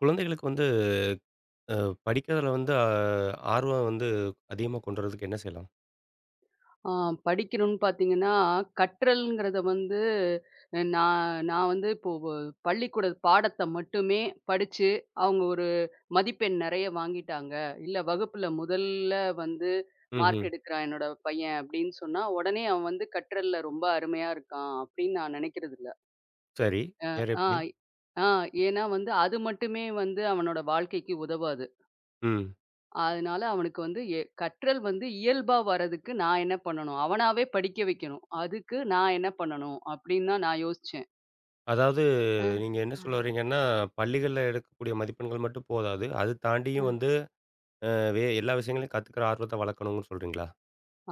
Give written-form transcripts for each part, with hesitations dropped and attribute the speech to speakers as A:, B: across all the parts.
A: குழந்தைகளுக்கு வந்து அ படிக்கிறதுல வந்து ஆர்வம் வந்து அதிகமா கொண்டு வரதுக்கு என்ன செய்யலாம்?
B: ஆ படிக்கணும்னு பார்த்தீங்கன்னா, கற்றல்ங்கிறத வந்து நான் நான் வந்து இப்போ பள்ளிக்கூட பாடத்த மட்டுமே படிச்சு, அவங்க ஒரு மதிப்பெண் நெறைய வாங்கிட்டாங்க. இல்ல வகுப்புல முதல்ல வந்து
A: ம்ஹ்ம்.
B: மார்க் எடுக்குறான் என்னோட பையன் அப்படின்னு சொன்னா, உடனே அவன் வந்து கற்றல்ல ரொம்ப அருமையா இருக்கான் அப்படின்னு நான் நெனைக்கிறதில்ல.
A: சரி.
B: அ
A: வேற
B: ஆ
A: எப்படி?
B: ஆ ஏன்னா வந்து அது மட்டுமே வந்து அவனோட வாழ்க்கைக்கு உதவாது.
A: ம்.
B: அதனால அவனுக்கு வந்து கற்றல் வந்து இயல்பா வரதுக்கு நான் என்ன பண்ணணும்? அவனாவே படிக்க வைக்கணும். அதுக்கு நான் என்ன பண்ணணும்? அப்படின்னு தான் நான் யோசிச்சேன்.
A: அதாவது
B: அ.
A: நீங்க என்ன சொல்ல வரீங்கன்னா, பள்ளிகள்ல எடுக்கக்கூடிய மதிப்பெண்கள் மட்டும் போதாது. அது
B: அ.
A: தாண்டியும் வந்து அ வே எல்லா விஷயங்களையும் கத்துக்கிற ஆர்வத்த வளர்க்கணும்னு சொல்றீங்களா?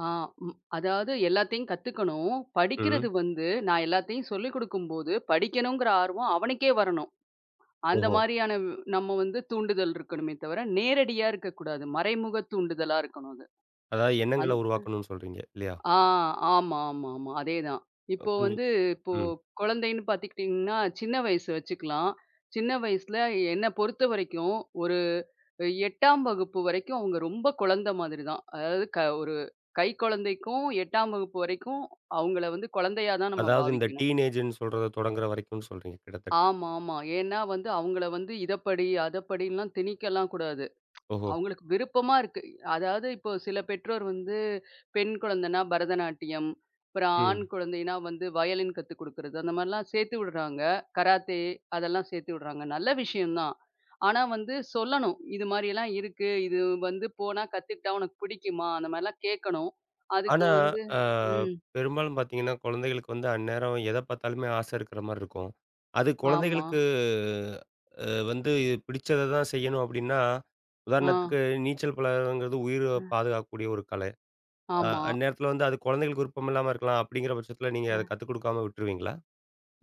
B: ஆ. ம். அதாவது எல்லாத்தையும் கத்துக்கணும்.
A: ம்.
B: படிக்கிறது வந்து நான் எல்லாத்தையும் சொல்லிக் குடுக்கும்போது, படிக்கணுங்கிற ஆர்வம் அவனுக்கே வரணும். அந்த
A: ஓஹோ!
B: மாரியான நம்ம வந்து தூண்டுதல் இருக்கணுமே தவிர, நேரடியா இருக்கக்கூடாது. மறைமுக தூண்டுதலா இருக்கணும் அது.
A: அதாவது எண்ணங்கள உருவாக்கணும்னு சொல்றீங்க இல்லையா?
B: ஆ, ஆமா, ஆமா, ஆமா. அதேதான். இப்போ
A: கொஞ்சம்
B: வந்து இப்போ
A: ம்.
B: குழந்தைன்னு பார்த்துக்கிட்டிங்கன்னா, சின்ன வயசு வச்சுக்கலாம். சின்ன வயசுல என்ன பொறுத்தவரைக்கும், ஒரு 8ஆம் வகுப்பு வரைக்கும் அவங்க ரொம்ப குழந்தை மாதிரி தான். அதாவது ஒரு கைக்குழந்தைக்கும் 8ஆம் வகுப்பு வரைக்கும் அவங்கள வந்து குழந்தையா தான் நம்ம
A: அதாவது இந்த
B: பாவிக்கணும்.
A: டீனேஜ்ன்னு சொல்றத தொடங்குற வரைக்கும்னு சொல்றீங்க கிட்டத்தட்ட.
B: ஆமாமா. ஏன்னா வந்து அவங்கள வந்து இத படி, அத படின்லாம் திணிக்கலாம் கூடாது.
A: ஓஹோ!
B: அவங்களுக்கு விருப்பமா இருக்கு. அதாவது இப்போ சில பெற்றோர் வந்து பெண் குழந்தைன்னா பரதநாட்டியம், அப்புறம் ஆண்
A: ம்.
B: குழந்தைன்னா வந்து வயலின் கத்துக் குடுக்குறது, அந்த மாரிலாம் சேர்த்து விடுறாங்க. கராத்தே அதெல்லாம் சேர்த்து விடுறாங்க. நல்ல விஷயம் தான். ஆனா வந்து சொல்லணும். இது மாரியெல்லாம் இருக்கு. இது வந்து போனா கத்துக்கிட்டா உனக்கு பிடிக்குமா? அந்த மாரிலாம் கேட்கணும். அதுக்கு
A: ஆனா,
B: வந்து
A: அ
B: ம்.
A: பெரும்பாலும் பார்த்தீங்கன்னா, குழந்தைகளுக்கு வந்து அந்நேரம் எத பார்த்தாலுமே ஆசை இருக்கிற மாரி இருக்கும். அது
B: ஆமா.
A: குழந்தைகளுக்கு வந்து பிடிச்சத தான் செய்யணும் அப்படின்னா,
B: ஆ.
A: உதாரணத்துக்கு நீச்சல் பழகுறதுங்கிறது உயிர
B: ம்.
A: பாதுகாக்கக்கூடிய ஒரு கலை.
B: ஆமா.
A: அந்நேரத்தில வந்து அது குழந்தைகளுக்கு விருப்பம் இல்லாம இருக்கலாம். அப்படிங்கிற பட்சத்தில நீங்க அத கத்துக் கொடுக்காம விட்டுருவீங்களா?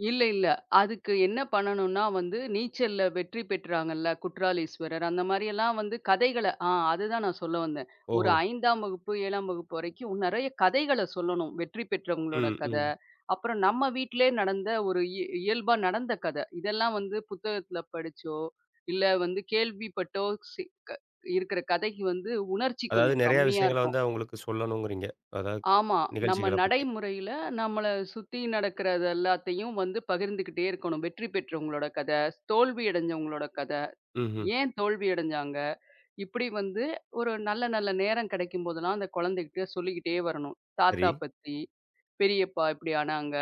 B: இல்ல, இல்ல. அதுக்கு என்ன பண்ணணும்னா வந்து, நீச்சல்ல வெற்றி பெற்றாங்கல்ல குற்றாலீஸ்வரர், அந்த மாரியெல்லாம் வந்து கதைகள அதுதான் நான் சொல்ல வந்தேன். ஒரு
A: ஓஹோ!
B: 5ஆம் வகுப்பு, 7ஆம் வகுப்பு வரைக்கும் நெறைய கதைகள சொல்லணும். வெற்றி பெற்றவங்களோட
A: ம்,
B: கத,
A: ம்.
B: அப்புறம் நம்ம வீட்டிலயே நடந்த ஒரு இயல்பா நடந்த கத. இதெல்லாம் வந்து புத்தகத்துல படிச்சோ, இல்ல வந்து கேள்விப்பட்டோ சி க இருக்கிற கதைக்கு வந்து உணர்ச்சி
A: அதாவது
B: கொஞ்சம்
A: நெறைய
B: கம்மியா
A: விஷயங்கள
B: இருக்கும்.
A: வந்து அவங்களுக்கு சொல்லணுங்கிறீங்க. அதாவது
B: ஆமா. நம்ம
A: நிகழ்ச்சிகள பத்தி.
B: நடைமுறையில நம்மள சுத்தி நடக்கிறது எல்லாத்தையும் வந்து பகிர்ந்துகிட்டே இருக்கணும். வெற்றி பெற்றவங்களோட கதை, தோல்வி அடைஞ்சவங்களோட கதை,
A: ம்ஹ்ம்.
B: ஏன் தோல்வி அடைஞ்சாங்க? இப்படி வந்து ஒரு நல்ல நல்ல நேரம் கிடைக்கும் போதெல்லாம் அந்த குழந்தைகிட்ட சொல்லிக்கிட்டே வரணும்.
A: சரி.
B: தாத்தா பத்தி, பெரியப்பா இப்படி ஆனாங்க.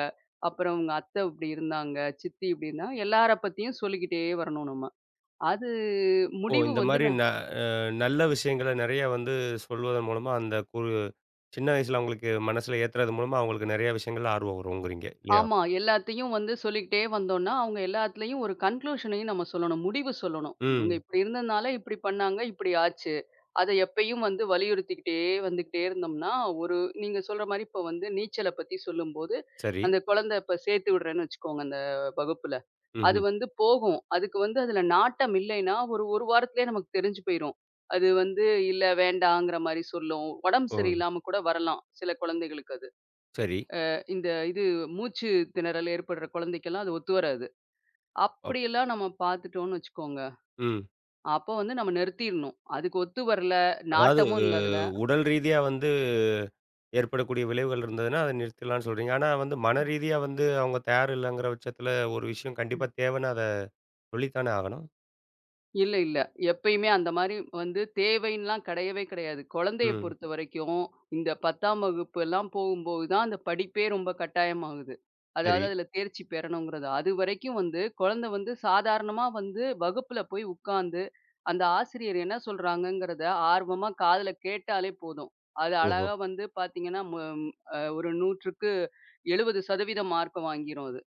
B: அப்புறம் உங்க அத்தை இப்படி இருந்தாங்க. சித்தி இப்படின்னா எல்லார பத்தியும் சொல்லிக்கிட்டே வரணும் நம்ம. அது
A: ஓ!
B: முடிவு
A: இந்த
B: வந்து
A: மாரி ந அ நல்ல விஷயங்கள நெறைய வந்து சொல்வதன் மூலமா அந்த சின்ன வயசுல அவங்களுக்கு மனசுல ஏத்துறது மூலமா அவங்களுக்கு நெறைய விஷயங்கள்ல ஆர்வம் வருங்கிறீங்க இல்லையா?
B: ஆமா. எல்லாத்தையும் வந்து சொல்லிக்கிட்டே வந்தோம்னா, அவங்க எல்லாத்துலயும் ஒரு கன்க்ளூஷனையும் நம்ம சொல்லணும். முடிவு சொல்லணும். இவங்க
A: ம்.
B: இப்படி இருந்ததுனால இப்படி பண்ணாங்க, இப்படி ஆச்சு. அத எப்பயும் வந்து வலியுறுத்திக்கிட்டே வந்துகிட்டே இருந்தோம்னா, ஒரு நீங்க சொல்ற மாரி இப்ப வந்து நீச்சல பத்தி சொல்லும்போது,
A: சரி.
B: அந்த குழந்தை இப்ப சேர்த்து விடுறேன்னு வச்சுக்கோங்க அந்த வகுப்புல. அது
A: ம்ஹ்ம்.
B: வந்து போகும். அதுக்கு வந்து அதுல நாட்டம் இல்லைன்னா, ஒரு 1 வாரத்திலேயே நமக்கு தெரிஞ்சு போயிரும். அது வந்து இல்ல வேண்டாங்கிற மாரி சொல்லும். உடம்பு
A: ஓ!
B: சரியில்லாம கூட வரலாம் சில குழந்தைகளுக்கு அது.
A: சரி.
B: இந்த மூச்சு திணறல் ஏற்படுற குழந்தைக்கெல்லாம் அது ஒத்து வராது.
A: அப்
B: அப்படியெல்லாம் நம்ம பார்த்துட்டோம்னு வச்சுக்கோங்க,
A: ம்.
B: அப்போ வந்து நம்ம நிறுத்திரணும். அதுக்கு ஒத்து வரல,
A: அதாவது
B: நாட்டமும் இல்ல அதுல.
A: உடல் ரீதியா வந்து ஏற்படக்கூடிய விளைவுகள் இருந்ததுன்னா, அத நிறுத்திடலாம்னு சொல்றீங்க. ஆனா வந்து மன ரீதியா வந்து அவங்க தயார் இல்லங்கிற பட்சத்துல ஒரு விஷயம் கண்டிப்பா தேவைன்னா அத சொல்லித்தானே ஆகணும்.
B: இல்ல, இல்ல. எப்பயுமே அந்த மாரி வந்து தேவைன்லாம் கிடையவே கிடையாது. குழந்தைய
A: ம்.
B: பொறுத்தவரைக்கும், இந்த 10ஆம் வகுப்புலாம் போகும்போது தான் அந்த படிப்பே ரொம்ப கட்டாயமாகுது.
A: சரி.
B: அதாவது அதில தேர்ச்சி பெறணுங்கிறது. அதுவரைக்கும் வந்து குழந்தை வந்து சாதாரணமா வந்து வகுப்புல போய் உட்காந்து, அந்த ஆசிரியர் என்ன சொல்றாங்கங்கிறத ஆர்வமா காதுல கேட்டாலே போதும். அது
A: ஓஹோ!
B: அழகா வந்து பார்த்தீங்கன்னா, மு அ ஒரு 100க்கு 70% மார்க்க வாங்கிரும் அது.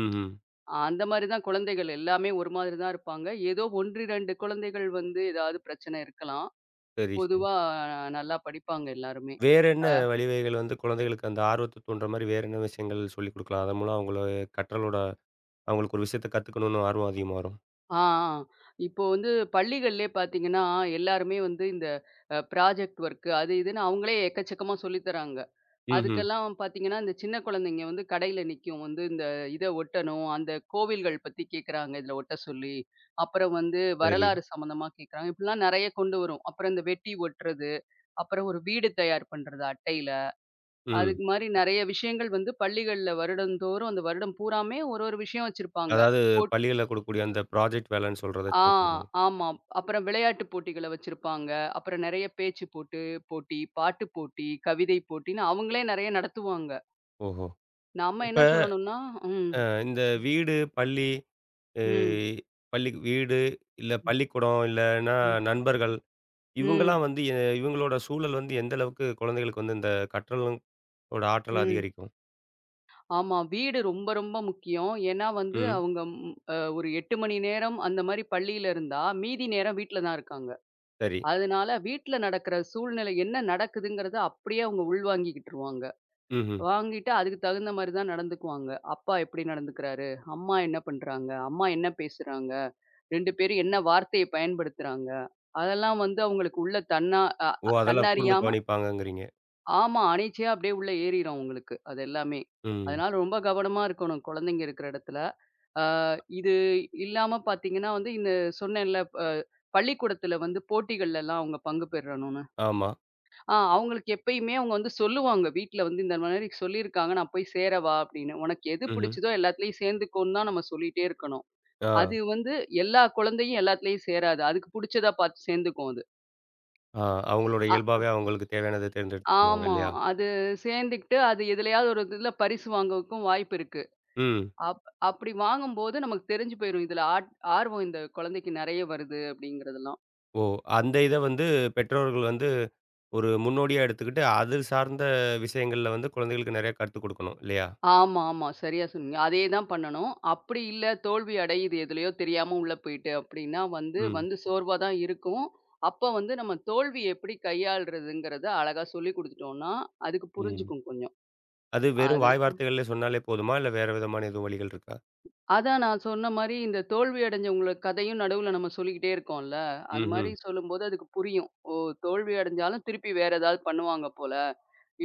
A: ம்ஹ்ம்.
B: அந்த மாரி தான் குழந்தைகள் எல்லாமே ஒரு மாதிரி தான் இருப்பாங்க. ஏதோ 1, 2 குழந்தைகள் வந்து ஏதாவது பிரச்சனை இருக்கலாம்.
A: சரி, சரி.
B: பொதுவா நல்லா படிப்பாங்க எல்லாருமே.
A: வேற என்ன
B: அ
A: வழிவகைகள் வந்து குழந்தைகளுக்கு அந்த ஆர்வத்த தூண்டுற மாரி வேற என்ன விஷயங்கள் சொல்லிக் குடுக்கலாம்? அதன் மூலம் அவங்கள கற்றலோட அவங்களுக்கு ஒரு விஷயத்த கத்துக்கணும்னு ஆர்வம் அதிகமா வரும்.
B: ஆ, ஆ. இப்போ வந்து பள்ளிகள்லயே பார்த்தீங்கன்னா, எல்லாருமே வந்து இந்த ப்ராஜெக்ட் ஒர்க் அது இதுன்னு அவங்களே எக்கச்சக்கமா சொல்லித் தராங்க.
A: ம்ஹ்ம்.
B: அதுக்கெல்லாம் பார்த்தீங்கன்னா, இந்த சின்ன குழந்தைங்க வந்து கடையில நிக்கும். வந்து இந்த இத ஒட்டணும், அந்த கோவில்கள் பத்தி கேட்கறாங்க இதில ஒட்ட சொல்லி. அப்புறம் வந்து
A: சரி.
B: வரலாறு சம்மந்தமா கேட்கறாங்க. இப்படிலாம் நெறைய கொண்டு வரும். அப்புறம் இந்த வெட்டி ஒட்டுறது. அப்புறம் ஒரு வீடு தயார் பண்றது அட்டையில.
A: ம்.
B: அதுக்கு மாரி நெறைய விஷயங்கள் வந்து பள்ளிகள்ல வருடந்தோறும் அந்த வருடம் பூராமே ஒரு ஒரு விஷயம் வச்சிருப்பாங்க.
A: அதாவது
B: போட்
A: பள்ளிகள்ல கொடுக்கக்கூடிய அந்த ப்ராஜெக்ட் வேலைன்னு சொல்றத
B: ஆ
A: கேட்கிறேன்.
B: ஆமா. அப்புறம் விளையாட்டு போட்டிகள வச்சிருப்பாங்க. அப்புறம் நெறைய பேச்சு போட்டி, பாட்டு போட்டி, கவிதை போட்டின்னு அவங்களே நெறைய நடத்துவாங்க.
A: ஓஹோ!
B: நம்ம
A: இப்ப
B: என்ன சொல்லணும்னா ம்,
A: அ இந்த வீடு, பள்ளி, அ
B: ம்,
A: பள்ளி வீடு, இல்ல
B: ம்,
A: பள்ளிக்கூடம், இல்லன்னா
B: ம்,
A: நண்பர்கள்,
B: ம்,
A: இவங்கலாம் வந்து இவங்களோட சூழல் வந்து எந்த அளவுக்கு குழந்தைகளுக்கு வந்து இந்த கற்றலும் ஓட ஆற்றல்
B: ம்.
A: அதிகரிக்கும்?
B: ஆமா. வீடு ரொம்ப ரொம்ப முக்கியம். ஏன்னா வந்து
A: ம்.
B: அவங்க ம் அ ஒரு 8 மணி நேரம் அந்த மாரி பள்ளியில இருந்தா, மீதி நேரம் வீட்ல தான் இருக்காங்க.
A: சரி.
B: அதனால வீட்ல நடக்கிற சூழ்நிலை என்ன நடக்குதுங்கிறத அப்படியே அவங்க உள்வாங்கிக்கிட்டுருவாங்க.
A: ம்ஹ்ம்.
B: வாங்கிட்டு அதுக்கு தகுந்த மாரி தான் நடந்துக்குவாங்க. அப்பா எப்படி நடந்துக்கிறாரு? அம்மா என்ன பண்றாங்க? அம்மா என்ன பேசுறாங்க? 2 பேரும் என்ன வார்த்தைய பயன்படுத்துறாங்க? அதெல்லாம் வந்து அவங்களுக்கு உள்ள தன்னா அ
A: ஓ!
B: அ
A: அதெல்லாம் கூர்ந்து
B: தன்னறியாம
A: கவனிப்பாங்கங்கிறீங்க.
B: ஆமா, அனிச்சையா அப்படியே உள்ள ஏறிரும் அவங்களுக்கு. அது எல்லாமே.
A: ம்.
B: அதனால ரொம்ப கவனமா இருக்கணும் குழந்தைங்க இருக்கிற இடத்துல. ஆ இது இல்லாம பார்த்தீங்கன்னா வந்து இந்த சொன்னேன்ல, பள்ளிக்கூடத்துல வந்து போட்டிகள்லலாம் அவங்க பங்கு பெறணும்.
A: ஆமா.
B: அவங்களுக்கு எப்பயுமே அவங்க வந்து சொல்லுவாங்க. வீட்ல வந்து இந்த மாதிரி சொல்லியிருக்காங்க. நான் போய் சேரவா? அப்படின்னு. உனக்கு எது
A: ம்ஹ்ம்.
B: பிடிச்சதோ எல்லாத்துலயும் சேர்ந்துக்கோன்னு தான் நம்ம சொல்லிட்டே இருக்கணும்.
A: ஆ,
B: அது வந்து எல்லா குழந்தையும் எல்லாத்துலயும் சேராது. அதுக்கு புடிச்சதா பார்த்து சேர்ந்துக்கும் அது.
A: ஆ. அவங்களோட
B: அ
A: இயல்பாவே அவங்களுக்கு தேவையானத தேர்ந்தெடுத்துக்குவாங்க
B: ஆமா.
A: இல்லையா?
B: அது சேர்ந்துக்கிட்டு அது எதுலயாவது ஒரு இதுல பரிசு வாங்கக்கும் வாய்ப்பு இருக்கு.
A: ம்.
B: அப் அப்படி வாங்கும்போது நமக்கு தெரிஞ்சு போயிரும். இதுல ஆர்வம் இந்த குழந்தைக்கு நெறைய வருது அப்படிங்கிறதெல்லாம்.
A: ஓ! அந்த இத வந்து பெற்றோர்கள் வந்து ஒரு முன்னோடியா எடுத்துக்கிட்டு, அது சார்ந்த விஷயங்கள்ல வந்து குழந்தைகளுக்கு நெறைய கத்துக் குடுக்கணும் இல்லையா?
B: ஆமா, ஆமா. சரியா சொன்னீங்க. அதே தான் பண்ணணும். அப்படி இல்ல தோல்வி அடையுது எதுலயோ தெரியாம உள்ள போயிட்டு அப்படின்னா வந்து,
A: ம்,
B: வந்து சோர்வா தான் இருக்கும். அப்ப வந்து நம்ம தோல்விய எப்படி கையாள்றதுங்கிறத அழகா சொல்லிக் குடுத்துட்டோம்னா, அதுக்கு
A: ம்.
B: புரிஞ்சுக்கும் கொஞ்சம்.
A: அது வெறும்
B: அது
A: வாய் வார்த்தைகள்ல சொன்னாலே போதுமா? இல்ல வேற விதமான எதுவும் வழிகள் இருக்கா?
B: அதான் நான் சொன்ன மாரி இந்த தோல்வி அடைஞ்சவங்கள கதையும் நடுவுல நம்ம சொல்லிக்கிட்டே இருக்கோம்ல. அது
A: ம்ஹ்ம்.
B: மாரி சொல்லும்போது அதுக்கு புரியும். ஓ! தோல்வி அடைஞ்சாலும் திருப்பி வேற ஏதாவது பண்ணுவாங்க போல.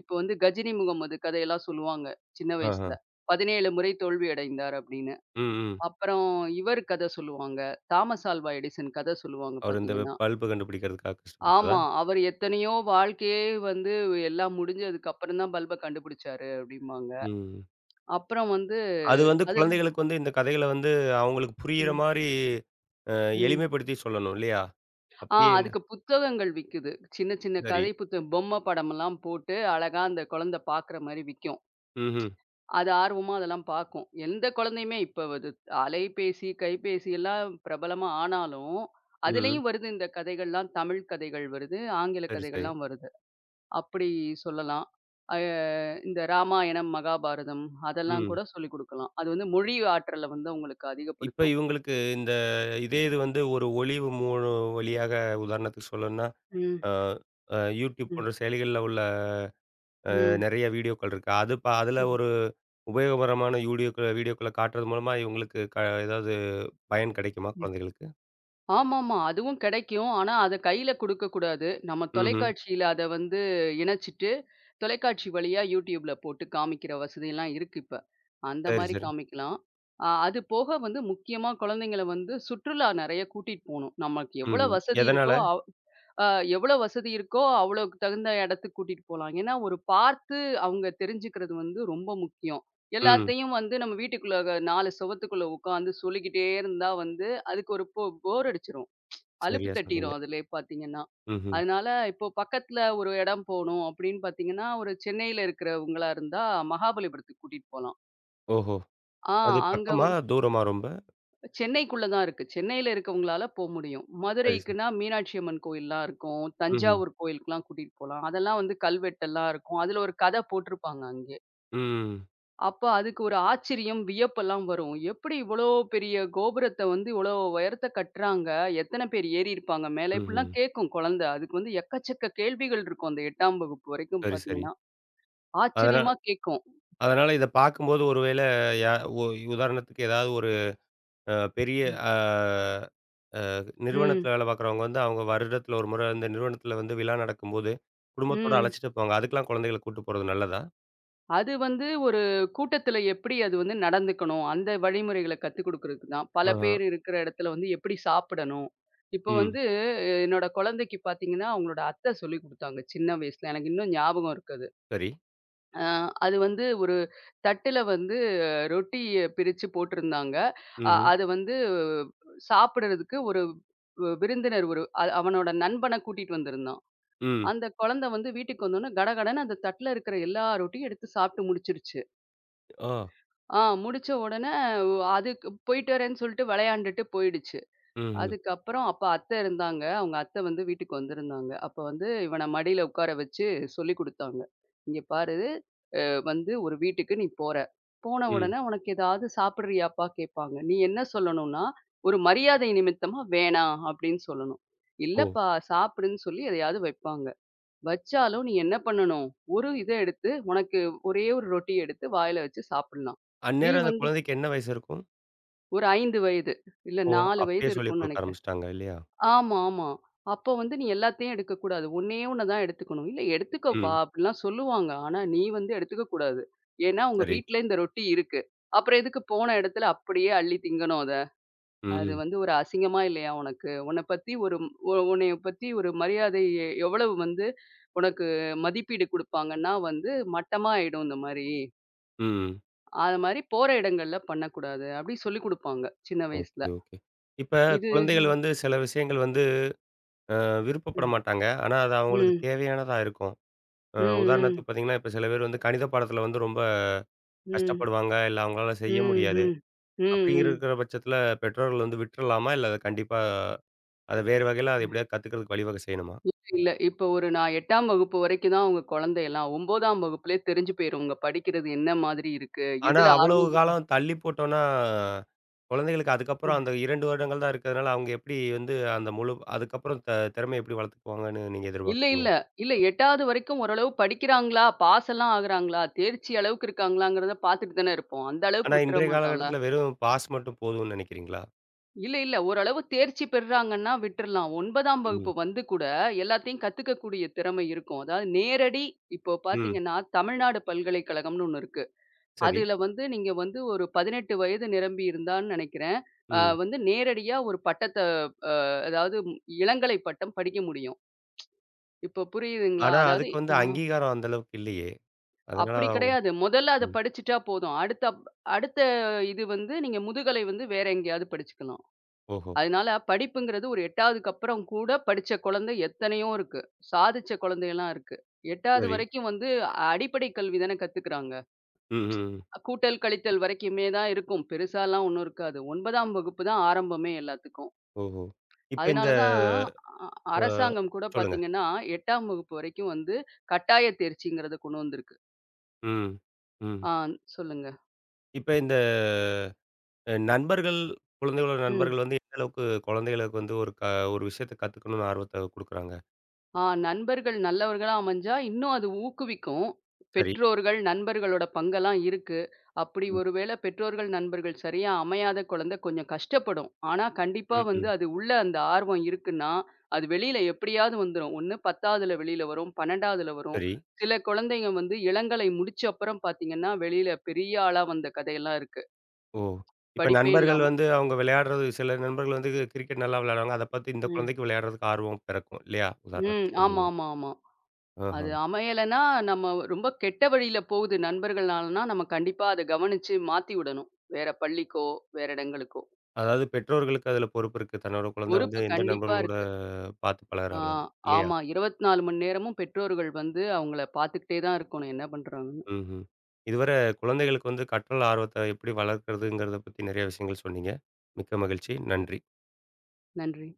B: இப்ப வந்து கஜினி முகமது கதையெல்லாம் சொல்லுவாங்க, சின்ன
A: ஆஹா.
B: வயசுல. 17 முறை தோல்வி அடைந்தார் அப்படின்னு.
A: ம், ம்.
B: அப்புறம் இவர் கதை சொல்லுவாங்க. தாமஸ் ஆல்வா எடிசன் கதை சொல்லுவாங்க
A: அவர் இந்த
B: பார்த்தீங்கன்னா.
A: பல்பு கண்டுபிடிக்கிறதுக்காக கஷ்டப்பட்டதா?
B: ஆமா, அவரு எத்தனையோ வாழ்க்கையே வந்து எல்லாம் முடிஞ்சதுக்கு அப்புறம் தான் பல்ப கண்டுபிடிச்சாரு அப்டிம்பாங்க.
A: ம்.
B: அப்புறம் வந்து
A: அது வந்து
B: அதுல
A: குழந்தைகளுக்கு வந்து இந்த கதைகள வந்து அவங்களுக்கு புரியிற
B: ம்.
A: மாரி அ
B: ம்.
A: எளிமைப்படுத்தி சொல்லணும் இல்லையா? அப்படியே என்ன?
B: அதுக்கு புத்தகங்கள் விக்குது. சின்ன சின்ன
A: சரி.
B: கதை புத்தகம் பொம்மை படமெல்லாம் போட்டு அழகா அந்த குழந்தை பார்க்குற மாரி விக்கும்.
A: ம்ஹ்ம்.
B: அது ஆர்வமா அதெல்லாம் பார்க்கும். எந்த குழந்தையுமே இப்ப அது அலைபேசி, கைபேசி எல்லாம் பிரபலமா ஆனாலும்,
A: ம். ம்
B: அதுலயும் வருது இந்த கதைகள்லாம் தமிழ் கதைகள் வருது, ஆங்கில
A: சரி, சரி.
B: கதைகள்லாம் வருது. அப்படி சொல்லலாம். அ இந்த ராமாயணம், மகாபாரதம் அதெல்லாம்
A: ம்.
B: கூட சொல்லிக் குடுக்கலாம். அது வந்து மொழி ஆற்றல வந்து அவங்களுக்கு
A: இப்ப
B: அதிகப்படுத்தும்.
A: இவங்களுக்கு இந்த இதே இது வந்து ஒரு ஒளிவு மூணு வழியாக உதாரணத்துக்கு சொல்லணும்னா,
B: ம்,
A: அ அ YouTube
B: ம்,
A: போன்ற செயலிகள்ல உள்ள
B: ம்,
A: நெறைய வீடியோக்கள் இருக்கு. அது அதில
B: ம், ம்.
A: ஒரு உபயோகபரமான வீடியோக்கள வீடியோக்கள காட்டுறது மூலமா இவங்களுக்கு ஏதாவது பயன் கிடைக்குமா குழந்தைகளுக்கு?
B: ஆமாமா. அதுவும் கெடைக்கும். ஆனா, அத கையில குடுக்கக்கூடாது. நம்ம
A: ம்ஹ்ம்.
B: தொலைக்காட்சியில அத வந்து இணைச்சிட்டு, தொலைக்காட்சி வழியா YouTubeல போட்டு காமிக்கிற வசதியெல்லாம் இருக்கு இப்ப. அந்த
A: சரி,
B: மாரி
A: சரி.
B: காமிக்கலாம். அது போக வந்து முக்கியமா குழந்தைங்கள வந்து சுற்றுலா நெறைய கூட்டிட்டு போணும். நமக்கு எவ்வளோ
A: ம்ஹ்ம்.
B: வசதி
A: எதனால?
B: இருக்கோ அவ் அ எவ்வளோ வசதி இருக்கோ அவ்வளோக்கு தகுந்த இடத்துக்கு கூட்டிட்டு போலாம். ஏன்னா, ஒரு பார்த்து அவங்க தெரிஞ்சுக்கிறது வந்து ரொம்ப முக்கியம்.
A: ம்.
B: எல்லாத்தையும் வந்து நம்ம வீட்டுக்குள்ள 4 சுவத்துக்குள்ள உட்காந்து சொல்லிக்கிட்டே இருந்தா வந்து அதுக்கு ஒரு போர் அடிச்சிரும். அலுப்பு
A: சரியா சொன்னீங்க.
B: தட்டிரும் அதிலயே பார்த்தீங்கன்னா.
A: ம்ஹ்ம்.
B: அதனால இப்போ பக்கத்துல ஒரு இடம் போணும் அப்படின்னு பார்த்தீங்கன்னா, ஒரு சென்னையில இருக்கிறவங்களா இருந்தா மகாபலிபுரத்துக்கு கூட்டிட்டு போலாம்.
A: ஓஹோ!
B: ஆ
A: அது
B: அங்க
A: பக்கமா? தூரமா ரொம்ப?
B: சென்னைக்குள்ள தான் இருக்கு. சென்னையில இருக்கவங்களால போ முடியும்.
A: சரி, சரி.
B: மதுரைக்குன்னா மீனாட்சி அம்மன் கோயில்லாம் இருக்கும்.
A: ம்ஹ்ம்.
B: தஞ்சாவூர் கோயிலுக்குலாம் கூட்டிட்டு போலாம். அதெல்லாம் வந்து கல்வெட்டெல்லாம் இருக்கும். அதுல ஒரு கதை போட்டிருப்பாங்க அங்கே.
A: ம்.
B: அப்ப அதுக்கு ஒரு ஆச்சரியம், வியப்பெல்லாம் வரும். எப்படி இவ்வளோ பெரிய கோபுரத்த வந்து இவ்வளோ உயரத்த கட்டுறாங்க? எத்தன பேர் ஏறியிருப்பாங்க மேல?
A: ம்ஹ்ம்.
B: இப்படிலாம் கேட்கும் குழந்தை. அதுக்கு வந்து எக்கச்சக்க கேள்விகள் இருக்கும். அந்த 8ஆம் வகுப்பு வரைக்கும்
A: சரி, சரி.
B: பார்த்தீங்கன்னா,
A: அதனா
B: ஆச்சரியமா கேட்கும்.
A: அதனால இத பார்க்கும்போது ஒருவேள யா ஒ உதாரணத்துக்கு ஏதாவது ஒரு பெரிய
B: ம்.
A: அ
B: ம்.
A: நிறுவனத்தில வேலை பார்க்குறவங்க வந்து, அவங்க வருடத்தில ஒரு முறை இந்த நிறுவனத்தில வந்து விழா நடக்கும்போது, குடும்பத்தோட
B: ம்.
A: அழைச்சிட்டு போவாங்க. அதுக்கெல்லாம் குழந்தைகள கூட்டு போறது நல்லதா?
B: அது வந்து ஒரு கூட்டத்துல எப்படி அது வந்து நடந்துக்கணும்? அந்த வழிமுறைகள கத்துக் குடுக்குறதுக்கு தான். பல
A: ஆஹா.
B: பேர் இருக்கிற இடத்துல வந்து எப்படி சாப்பிடணும்? இப்போ
A: ம்.
B: வந்து என்னோட குழந்தைக்கு பார்த்தீங்கன்னா, அவங்களோட அத்தை சொல்லிக் குடுத்தாங்க சின்ன வயசுல. எனக்கு இன்னும் ஞாபகம் இருக்கு அது.
A: சரி.
B: அ அது வந்து ஒரு தட்டுல வந்து ரொட்டிய பிரிச்சு போட்டிருந்தாங்க.
A: ம்ஹ்ம்.
B: அது வந்து சாப்பிடுறதுக்கு ஒரு விருந்தினர் ஒரு அவனோட நண்பன கூட்டிட்டு வந்திருந்தான்.
A: ம்.
B: அந்த குழந்தை வந்து வீட்டுக்கு வந்தோனே கடகடன்னு அந்த தட்டுல இருக்கிற எல்லா ரொட்டியும் எடுத்து சாப்பிட்டு முடிச்சிருச்சு.
A: ஆ.
B: முடிச்ச உடனே அதுக்கு போயிட்டு வரேன்னு சொல்லிட்டு விளையாண்டுட்டு போயிடுச்சு.
A: ம்ஹ்ம்.
B: அதுக்கப்புறம் அப்ப அத்தை இருந்தாங்க. அவங்க அத்தை வந்து வீட்டுக்கு வந்திருந்தாங்க. அப்ப வந்து இவன மடியில உட்கார வச்சு சொல்லிக் குடுத்தாங்க. "இங்க பாரு, அ வந்து ஒரு வீட்டுக்கு நீ போற. போன
A: ம்.
B: உடனே உனக்கு ஏதாவது சாப்பிடுறியாப்பா?" கேட்பாங்க. நீ என்ன சொல்லணும்னா, ஒரு மரியாதை நிமித்தமா "வேணாம்" அப்படின்னு சொல்லணும்.
A: ஓ!
B: "இல்லப்பா சாப்பிடுன்னு" சொல்லி எதையாவது வைப்பாங்க. வச்சாலும் நீ என்ன பண்ணணும், ஒரு இத எடுத்து உனக்கு ஒரே ஒரு ரொட்டிய எடுத்து வாயில வச்சு சாப்பிடலாம். நீ
A: அந்நேரம் அந்த
B: வந்து
A: குழந்தைக்கு என்ன வயசு இருக்கும்?
B: ஒரு 5 வயது, இல்ல
A: ஓ!
B: 4
A: அப்பயே
B: வயது
A: சொல்லிக்
B: இருக்கும்னு
A: கொடுக்க
B: நெனைக்கிறேன்.
A: ஆரம்பிச்சுட்டாங்க இல்லையா?
B: ஆமா, ஆமா. அப்போ வந்து நீ எல்லாத்தையும் எடுக்கக்கூடாது. ஒண்ணே ஒண்ண தான் எடுத்துக்கணும். "இல்ல எடுத்துக்கப்பா"
A: ம்.
B: அப்படிலாம் சொல்லுவாங்க. ஆனா நீ வந்து எடுத்துக்கக்கூடாது. ஏன்னா உங்க
A: சரி.
B: வீட்ல இந்த ரொட்டி இருக்கு. அப்புறம் எதுக்கு போன இடத்துல அப்படியே அள்ளி திங்கணும் அத? அது
A: ம்.
B: வந்து ஒரு அசிங்கமா இல்லையா உனக்கு? உன்ன பத்தி ஒரு உன்னைய பத்தி ஒரு மரியாதை எவ்வளவு வந்து உனக்கு மதிப்பீடு குடுப்பாங்கன்னா வந்து மட்டமா ஆயிடும் இந்த மாரி.
A: ம்.
B: அது மாரி போற இடங்கள்ல பண்ணக்கூடாது. அப்படி சொல்லிக் குடுப்பாங்க சின்ன வயசுல.
A: Okay, okay. இப்ப
B: இது
A: குழந்தைகள் வந்து சில விஷயங்கள் வந்து விருப்பப்பட
B: ம்.
A: மாட்டாங்க. ஆனா, அது அவங்களுக்கு
B: ம்.
A: தேவையானதா இருக்கும்.
B: ம். ம்.
A: உதாரணத்துக்கு பார்த்தீங்கன்னா, இப்ப சில பேர் வந்து கணித பாடத்தில வந்து ரொம்ப
B: ம்.
A: கஷ்டப்படுவாங்க. இல்ல அவங்களால செய்ய
B: ம்,
A: முடியாது.
B: ம். ம்,
A: அப்படிங்கிற
B: ம்.
A: இருக்கிற பட்சத்தில பெற்றோர்கள் வந்து விட்டுறலாமா? இல்ல அத கண்டிப்பா அத வேறு வகையில அத எப்படியாவது கத்துக்கிறதுக்கு வழிவகை செய்யணுமா?
B: இல்ல, இல்ல. இப்போ ஒரு நான் 8ஆம் வகுப்பு வரைக்கும் தான் உங்க குழந்தையெல்லாம். 9ஆம் வகுப்புலயே தெரிஞ்சு போயிரும். உங்க படிக்கிறது என்ன மாதிரி இருக்கு?
A: ஆனா
B: எதுல
A: அவ்வளவு
B: ஆர்வம்
A: காலம் தள்ளி போட்டோம்னா, குழந்தைகளுக்கு அதுக்கப்புறம் அந்த 2 வருடங்கள் தான் இருக்கிறதுனால, அவங்க எப்படி வந்து அந்த முழு அதுக்கப்புறம் திறமைய எப்படி வளர்த்துக்குவாங்கன்னு நீங்க
B: இல்ல,
A: எதிர்பார்க்குறீங்க?
B: இல்ல. இல்ல 8வது வரைக்கும் ஓரளவு படிக்கிறாங்களா? பாஸ் எல்லாம் ஆகுறாங்களா? தேர்ச்சி அளவுக்கு இருக்காங்களாங்கிறத பார்த்துட்டு தானே இருப்போம். அந்த
A: ஆனா
B: அளவுக்கு விட்டுற
A: இன்றைய
B: மாட்டோம்ல.
A: காலகட்டத்தில வெறும் பாஸ் மட்டும் போதும்னு நினைக்கிறீங்களா?
B: இல்ல, இல்ல. ஓரளவு தேர்ச்சி பெறுறாங்கன்னா விட்டுறலாம். 9ஆம்
A: ம்.
B: வகுப்பு வந்து கூட எல்லாத்தையும் கத்துக்கக்கூடிய திறமை இருக்கும். அதாவது நேரடி இப்போ
A: ம்.
B: பார்த்தீங்கன்னா, தமிழ்நாடு பல்கலைக்கழகம்னு ஒண்ணு இருக்கு.
A: சரி.
B: அதுல வந்து நீங்க வந்து ஒரு 18 வயது நிரம்பி இருந்தான்னு நினைக்கிறேன்.
A: ம்.
B: வந்து நேரடியா ஒரு பட்டத்த அ அதாவது இளங்கலை பட்டம் படிக்க முடியும். இப்ப புரியுதுங்களா?
A: ஆனா
B: அதாவது
A: அதுக்கு வந்து
B: அ
A: அங்கீகாரம் அந்த அளவுக்கு இல்லையே! அதனால
B: அப்படி
A: அவங்க
B: கிடையாது. முதல்ல அத
A: ம்.
B: படிச்சுட்டா போதும். அடுத்த இது வந்து நீங்க முதுகலை வந்து வேற எங்கேயாவது படிச்சுக்கலாம்.
A: ஓஹோ!
B: அதனால படிப்புங்கிறது ஒரு 8வதுக்கு அப்புறம் கூட படிச்ச குழந்தை எத்தனையோ இருக்கு. சாதிச்ச குழந்தையெல்லாம் இருக்கு. 8வது
A: சரி.
B: வரைக்கும் வந்து அடிப்படை கல்வி தானே கத்துக்கிறாங்க.
A: ம், ம். ம்.
B: கூட்டல், கழித்தல் வரைக்குமே தான் இருக்கும். பெருசாலாம் ஒண்ணும் இருக்காது. 9ஆம் வகுப்பு தான் ஆரம்பமே எல்லாத்துக்கும்.
A: ஓஹோ! இப்ப இந்த
B: அதனால தான் அ
A: அ
B: அரசாங்கம் கூட
A: சொல்லுங்க.
B: பார்த்தீங்கன்னா, 8ஆம் வகுப்பு வரைக்கும் வந்து கட்டாய தேர்ச்சிங்கிறத கொண்டு வந்திருக்கு.
A: ம். ம்.
B: ஆ சொல்லுங்க.
A: இப்ப இந்த நண்பர்கள், குழந்தைகளோட
B: ம்.
A: நண்பர்கள் வந்து எந்த அளவுக்கு குழந்தைகளுக்கு வந்து ஒரு ஒரு விஷயத்த கத்துக்கணும்னு ஆர்வத்த குடுக்குறாங்க?
B: ஆ நண்பர்கள் நல்லவர்களா அமைஞ்சா இன்னும் அது ஊக்குவிக்கும்.
A: சரி.
B: பெற்றோர்கள், நண்பர்களோட பங்கெல்லாம் இருக்கு. அப்படி
A: ம்.
B: ஒருவேளை பெற்றோர்கள், நண்பர்கள் சரியா அமையாத குழந்தை கொஞ்சம் கஷ்டப்படும். ஆனா கண்டிப்பா
A: ம்,
B: வந்து
A: ம்.
B: அது உள்ள அந்த ஆர்வம் இருக்குன்னா, அது வெளியில எப்படியாவது வந்துரும். ஒண்ணு 10வதுல வெளியில வரும், 12வதுல வரும்.
A: சரி.
B: சில குழந்தைங்க வந்து இளங்கலை முடிச்ச அப்புறம் பார்த்தீங்கன்னா, வெளியில பெரிய ஆளா வந்த கதையெல்லாம் இருக்கு.
A: ஓ! இப்ப
B: படிப்பே
A: நண்பர்கள்
B: இல்லாம.
A: வந்து அவங்க விளையாடுறது சில நண்பர்கள் வந்து கிரிக்கெட் நல்லா விளையாடுவாங்க. அத பார்த்து இந்த
B: ம்.
A: குழந்தைக்கு விளையாடுறதுக்கு ஆர்வம் பிறக்கும் இல்லையா?
B: ம்.
A: உதாரணத்துக்கு
B: ஆமா,
A: சொன்னீங்க.
B: ஆமா, ஆமா.
A: ஆஹா.
B: அது அமையலன்னா, நம்ம ரொம்ப கெட்ட வழியில போகுது நண்பர்கள்னாலன்னா, நம்ம கண்டிப்பா அத கவனிச்சு மாத்தி விடணும். வேற பள்ளிக்கோ, வேற இடங்களுக்கோ.
A: அதாவது பெற்றோர்களுக்கு அதுல பொறுப்பு இருக்கு. தன்னோட குழந்தை வந்து
B: பொறுப்பு
A: எந்த
B: கண்டிப்பா
A: நண்பர்களோட
B: இருக்கு.
A: பார்த்து
B: ஆ,
A: பழகுறாங்கன்னு இல்லையா?
B: ஆமா. 24 மணி நேரமும் பெற்றோர்கள் வந்து அவங்கள பார்த்துக்கிட்டே தான் இருக்கணும். என்ன பண்றாங்கன்னு.
A: ம்ஹ்ம். இதுவரை குழந்தைகளுக்கு வந்து கற்றல் ஆர்வத்த எப்படி வளர்க்கிறதுங்கிறத பத்தி நெறைய விஷயங்கள் சொன்னீங்க. மிக்க மகிழ்ச்சி. நன்றி.
B: நன்றி.